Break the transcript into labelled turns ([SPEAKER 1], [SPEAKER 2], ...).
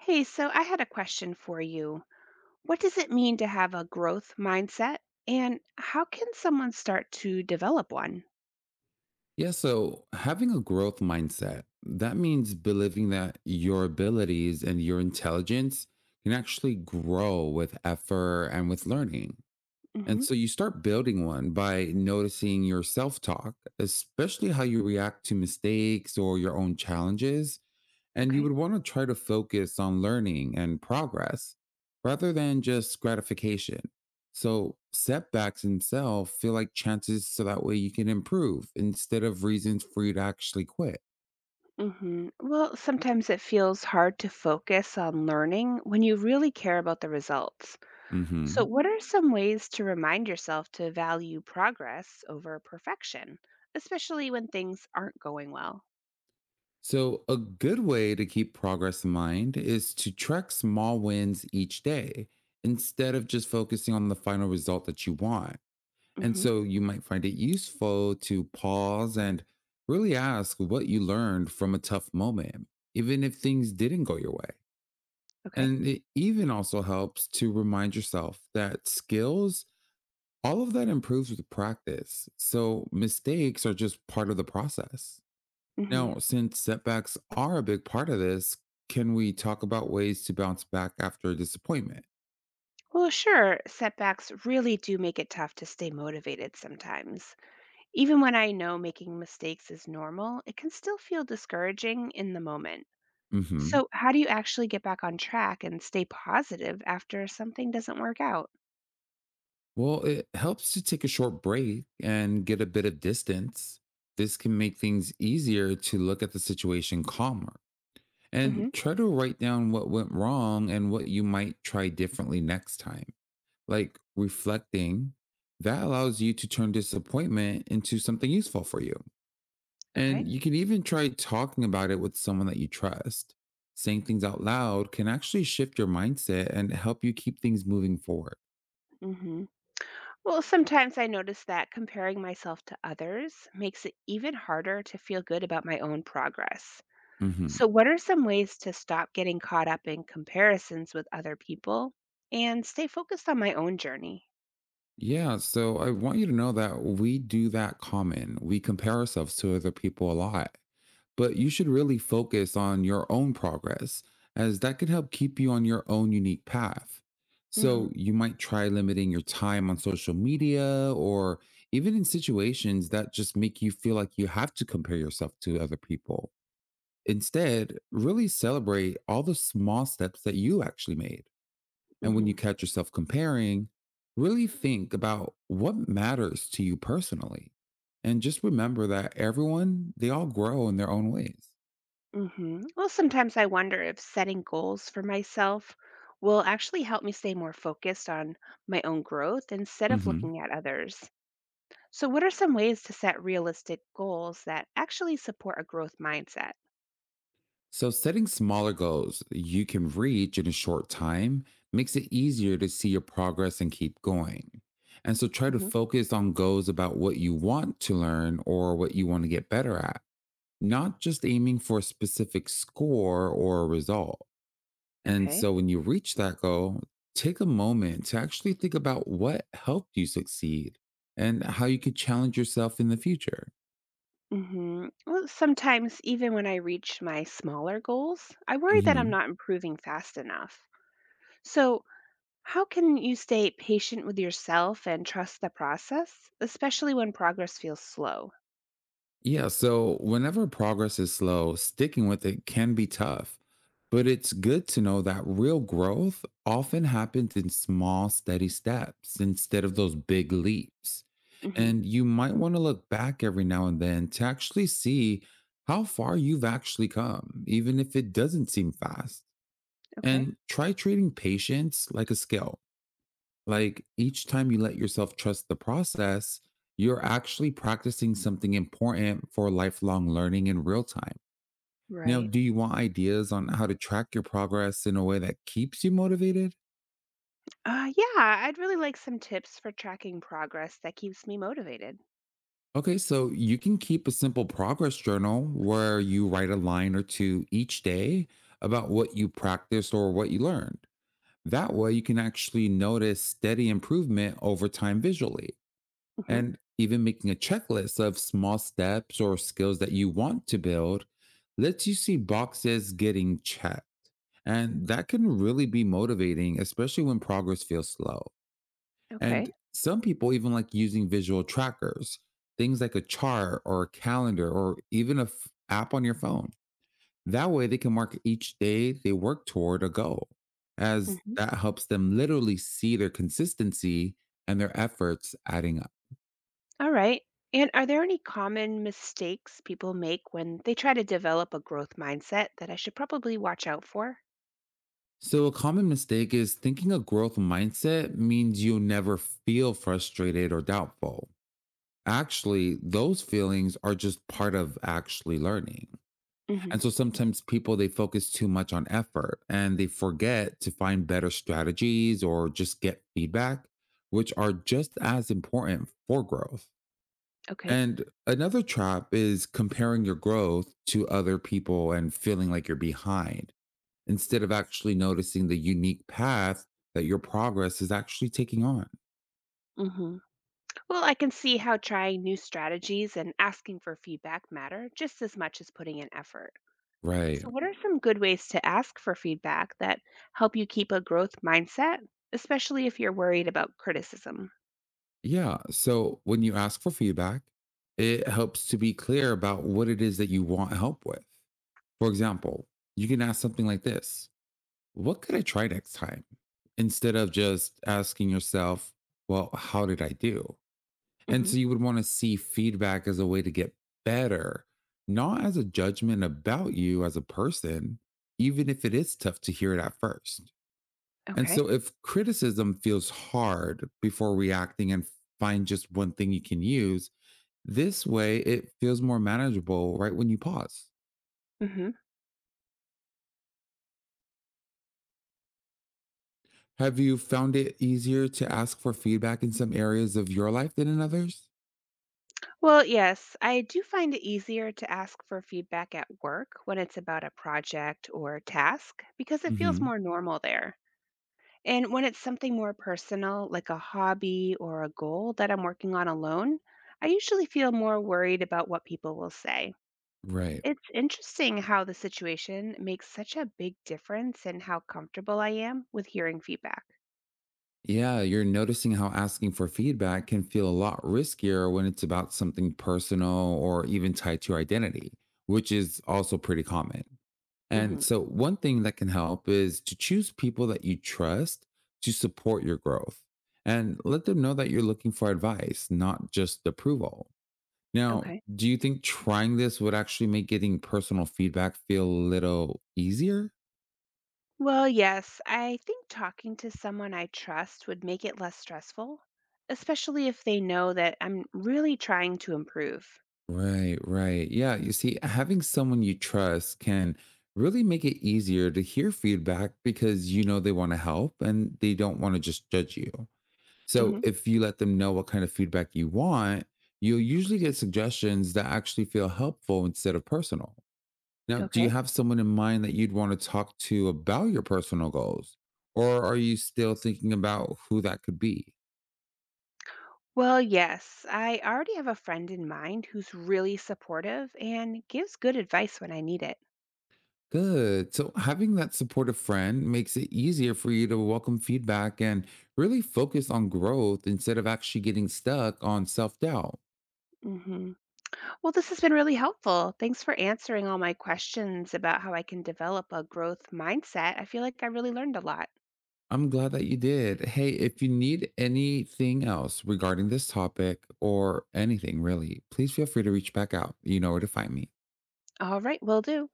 [SPEAKER 1] Hey, so I had a question for you. What does it mean to have a growth mindset? And how can someone start to develop one?
[SPEAKER 2] Yeah, so having a growth mindset, that means believing that your abilities and your intelligence can actually grow with effort and with learning. And
[SPEAKER 1] Hmm
[SPEAKER 2] so you start building one by noticing your self talk, especially how you react to mistakes or your own challenges, and you
[SPEAKER 1] Okay.
[SPEAKER 2] would want to try to focus on learning and progress rather than just gratification. So setbacks themselves feel like chances so that way you can improve instead of reasons for you to actually quit.
[SPEAKER 1] hmm Well, sometimes it feels hard to focus on learning when you really care about the results. So,
[SPEAKER 2] Hmm.
[SPEAKER 1] what are some ways to remind yourself to value progress over perfection, especially when things aren't going well?
[SPEAKER 2] So, a good way to keep progress in mind is to track small wins each day instead of just focusing on the final result that you want. And
[SPEAKER 1] Hmm
[SPEAKER 2] so you might find it useful to pause and really ask what you learned from a tough moment, even if things didn't go your way.
[SPEAKER 1] Okay.
[SPEAKER 2] And it even also helps to remind yourself that skills, all of that improves with practice. So mistakes are just part of the process.
[SPEAKER 1] hmm
[SPEAKER 2] Now, since setbacks are a big part of this, can we talk about ways to bounce back after a disappointment?
[SPEAKER 1] Well, sure, setbacks really do make it tough to stay motivated sometimes. Even when I know making mistakes is normal, it can still feel discouraging in the moment.
[SPEAKER 2] Hmm.
[SPEAKER 1] So, how do you actually get back on track and stay positive after something doesn't work out?
[SPEAKER 2] Well, it helps to take a short break and get a bit of distance. This can make things easier to look at the situation calmer and
[SPEAKER 1] Hmm
[SPEAKER 2] try to write down what went wrong and what you might try differently next time. Like reflecting, that allows you to turn disappointment into something useful for you.
[SPEAKER 1] Okay.
[SPEAKER 2] And you can even try talking about it with someone that you trust. Saying things out loud can actually shift your mindset and help you keep things moving forward.
[SPEAKER 1] hmm Well, sometimes I notice that comparing myself to others makes it even harder to feel good about my own progress.
[SPEAKER 2] Mhm.
[SPEAKER 1] So, what are some ways to stop getting caught up in comparisons with other people and stay focused on my own journey?
[SPEAKER 2] Yeah, so I want you to know that we do that common. We compare ourselves to other people a lot, but you should really focus on your own progress, as that can help keep you on your own unique path.
[SPEAKER 1] Hmm
[SPEAKER 2] So you might try limiting your time on social media or even in situations that just make you feel like you have to compare yourself to other people. Instead, really celebrate all the small steps that you actually made. And when you
[SPEAKER 1] hmm
[SPEAKER 2] catch yourself comparing, really think about what matters to you personally. And just remember that everyone, they all grow in their own ways.
[SPEAKER 1] hmm Well, sometimes I wonder if setting goals for myself will actually help me stay more focused on my own growth instead of
[SPEAKER 2] Hmm.
[SPEAKER 1] looking at others. So, what are some ways to set realistic goals that actually support a growth mindset?
[SPEAKER 2] So, setting smaller goals you can reach in a short time makes it easier to see your progress and keep going. And so, try to
[SPEAKER 1] Hmm
[SPEAKER 2] focus on goals about what you want to learn or what you want to get better at, not just aiming for a specific score or a result. And
[SPEAKER 1] Okay.
[SPEAKER 2] so when you reach that goal, take a moment to actually think about what helped you succeed and how you could challenge yourself in the future.
[SPEAKER 1] hmm Well, sometimes even when I reach my smaller goals, I worry that
[SPEAKER 2] Hmm.
[SPEAKER 1] I'm not improving fast enough. So, how can you stay patient with yourself and trust the process, especially when progress feels slow?
[SPEAKER 2] Yeah, so whenever progress is slow, sticking with it can be tough. But it's good to know that real growth often happens in small, steady steps instead of those big leaps.
[SPEAKER 1] Hmm
[SPEAKER 2] And you might want to look back every now and then to actually see how far you've actually come, even if it doesn't seem fast.
[SPEAKER 1] Okay.
[SPEAKER 2] And try treating patience like a skill. Like each time you let yourself trust the process, you're actually practicing something important for lifelong learning in real time. Now,
[SPEAKER 1] Right.
[SPEAKER 2] do you want ideas on how to track your progress in a way that keeps you motivated?
[SPEAKER 1] Yeah, I'd really like some tips for tracking progress that keeps me motivated.
[SPEAKER 2] Okay, so you can keep a simple progress journal where you write a line or two each day about what you practiced or what you learned. That way, you can actually notice steady improvement over time visually.
[SPEAKER 1] Hmm
[SPEAKER 2] And even making a checklist of small steps or skills that you want to build lets you see boxes getting checked. And that can really be motivating, especially when progress feels slow. And
[SPEAKER 1] Okay.
[SPEAKER 2] some people even like using visual trackers, things like a chart or a calendar or even a app on your phone. That way they can mark each day they work toward a goal, as
[SPEAKER 1] hmm
[SPEAKER 2] that helps them literally see their consistency and their efforts adding up.
[SPEAKER 1] All right. And are there any common mistakes people make when they try to develop a growth mindset that I should probably watch out for?
[SPEAKER 2] So, a common mistake is thinking a growth mindset means you'll never feel frustrated or doubtful. Actually, those feelings are just part of actually learning.
[SPEAKER 1] Hmm
[SPEAKER 2] And so sometimes people they focus too much on effort and they forget to find better strategies or just get feedback, which are just as important for growth.
[SPEAKER 1] Okay.
[SPEAKER 2] And another trap is comparing your growth to other people and feeling like you're behind instead of actually noticing the unique path that your progress is actually taking on.
[SPEAKER 1] hmm Well, I can see how trying new strategies and asking for feedback matter just as much as putting in effort.
[SPEAKER 2] Right.
[SPEAKER 1] So, what are some good ways to ask for feedback that help you keep a growth mindset, especially if you're worried about criticism?
[SPEAKER 2] Yeah. So when you ask for feedback, it helps to be clear about what it is that you want help with. For example, you can ask something like this: what could I try next time? Instead of just asking yourself, well, how did I do? And
[SPEAKER 1] Hmm
[SPEAKER 2] so you would want to see feedback as a way to get better, not as a judgment about you as a person, even if it is tough to hear it at first. And
[SPEAKER 1] Okay.
[SPEAKER 2] so, if criticism feels hard before reacting and find just one thing you can use, this way it feels more manageable right when you pause.
[SPEAKER 1] hmm
[SPEAKER 2] Have you found it easier to ask for feedback in some areas of your life than in others?
[SPEAKER 1] Well, yes, I do find it easier to ask for feedback at work when it's about a project or task because it feels
[SPEAKER 2] Hmm.
[SPEAKER 1] more normal there. And when it's something more personal, like a hobby or a goal that I'm working on alone, I usually feel more worried about what people will say.
[SPEAKER 2] Right.
[SPEAKER 1] It's interesting how the situation makes such a big difference in how comfortable I am with hearing feedback.
[SPEAKER 2] Yeah, you're noticing how asking for feedback can feel a lot riskier when it's about something personal or even tied to your identity, which is also pretty common. And
[SPEAKER 1] Hmm
[SPEAKER 2] so, one thing that can help is to choose people that you trust to support your growth and let them know that you're looking for advice, not just approval. Now,
[SPEAKER 1] Okay.
[SPEAKER 2] do you think trying this would actually make getting personal feedback feel a little easier?
[SPEAKER 1] Well, yes, I think talking to someone I trust would make it less stressful, especially if they know that I'm really trying to improve.
[SPEAKER 2] Right, right. Yeah, you see, having someone you trust can really make it easier to hear feedback because you know they want to help and they don't want to just judge you. So
[SPEAKER 1] Hmm
[SPEAKER 2] if you let them know what kind of feedback you want, you'll usually get suggestions that actually feel helpful instead of personal. Now, do you
[SPEAKER 1] Okay.
[SPEAKER 2] have someone in mind that you'd want to talk to about your personal goals? Or are you still thinking about who that could be?
[SPEAKER 1] Well, yes, I already have a friend in mind who's really supportive and gives good advice when I need it.
[SPEAKER 2] Good. So having that supportive friend makes it easier for you to welcome feedback and really focus on growth instead of actually getting stuck on self doubt.
[SPEAKER 1] Hmm Well, this has been really helpful. Thanks for answering all my questions about how I can develop a growth mindset. I feel like I really learned a lot.
[SPEAKER 2] I'm glad that you did. Hey, if you need anything else regarding this topic or anything really, please feel free to reach back out. You know where to find me.
[SPEAKER 1] All right, will do.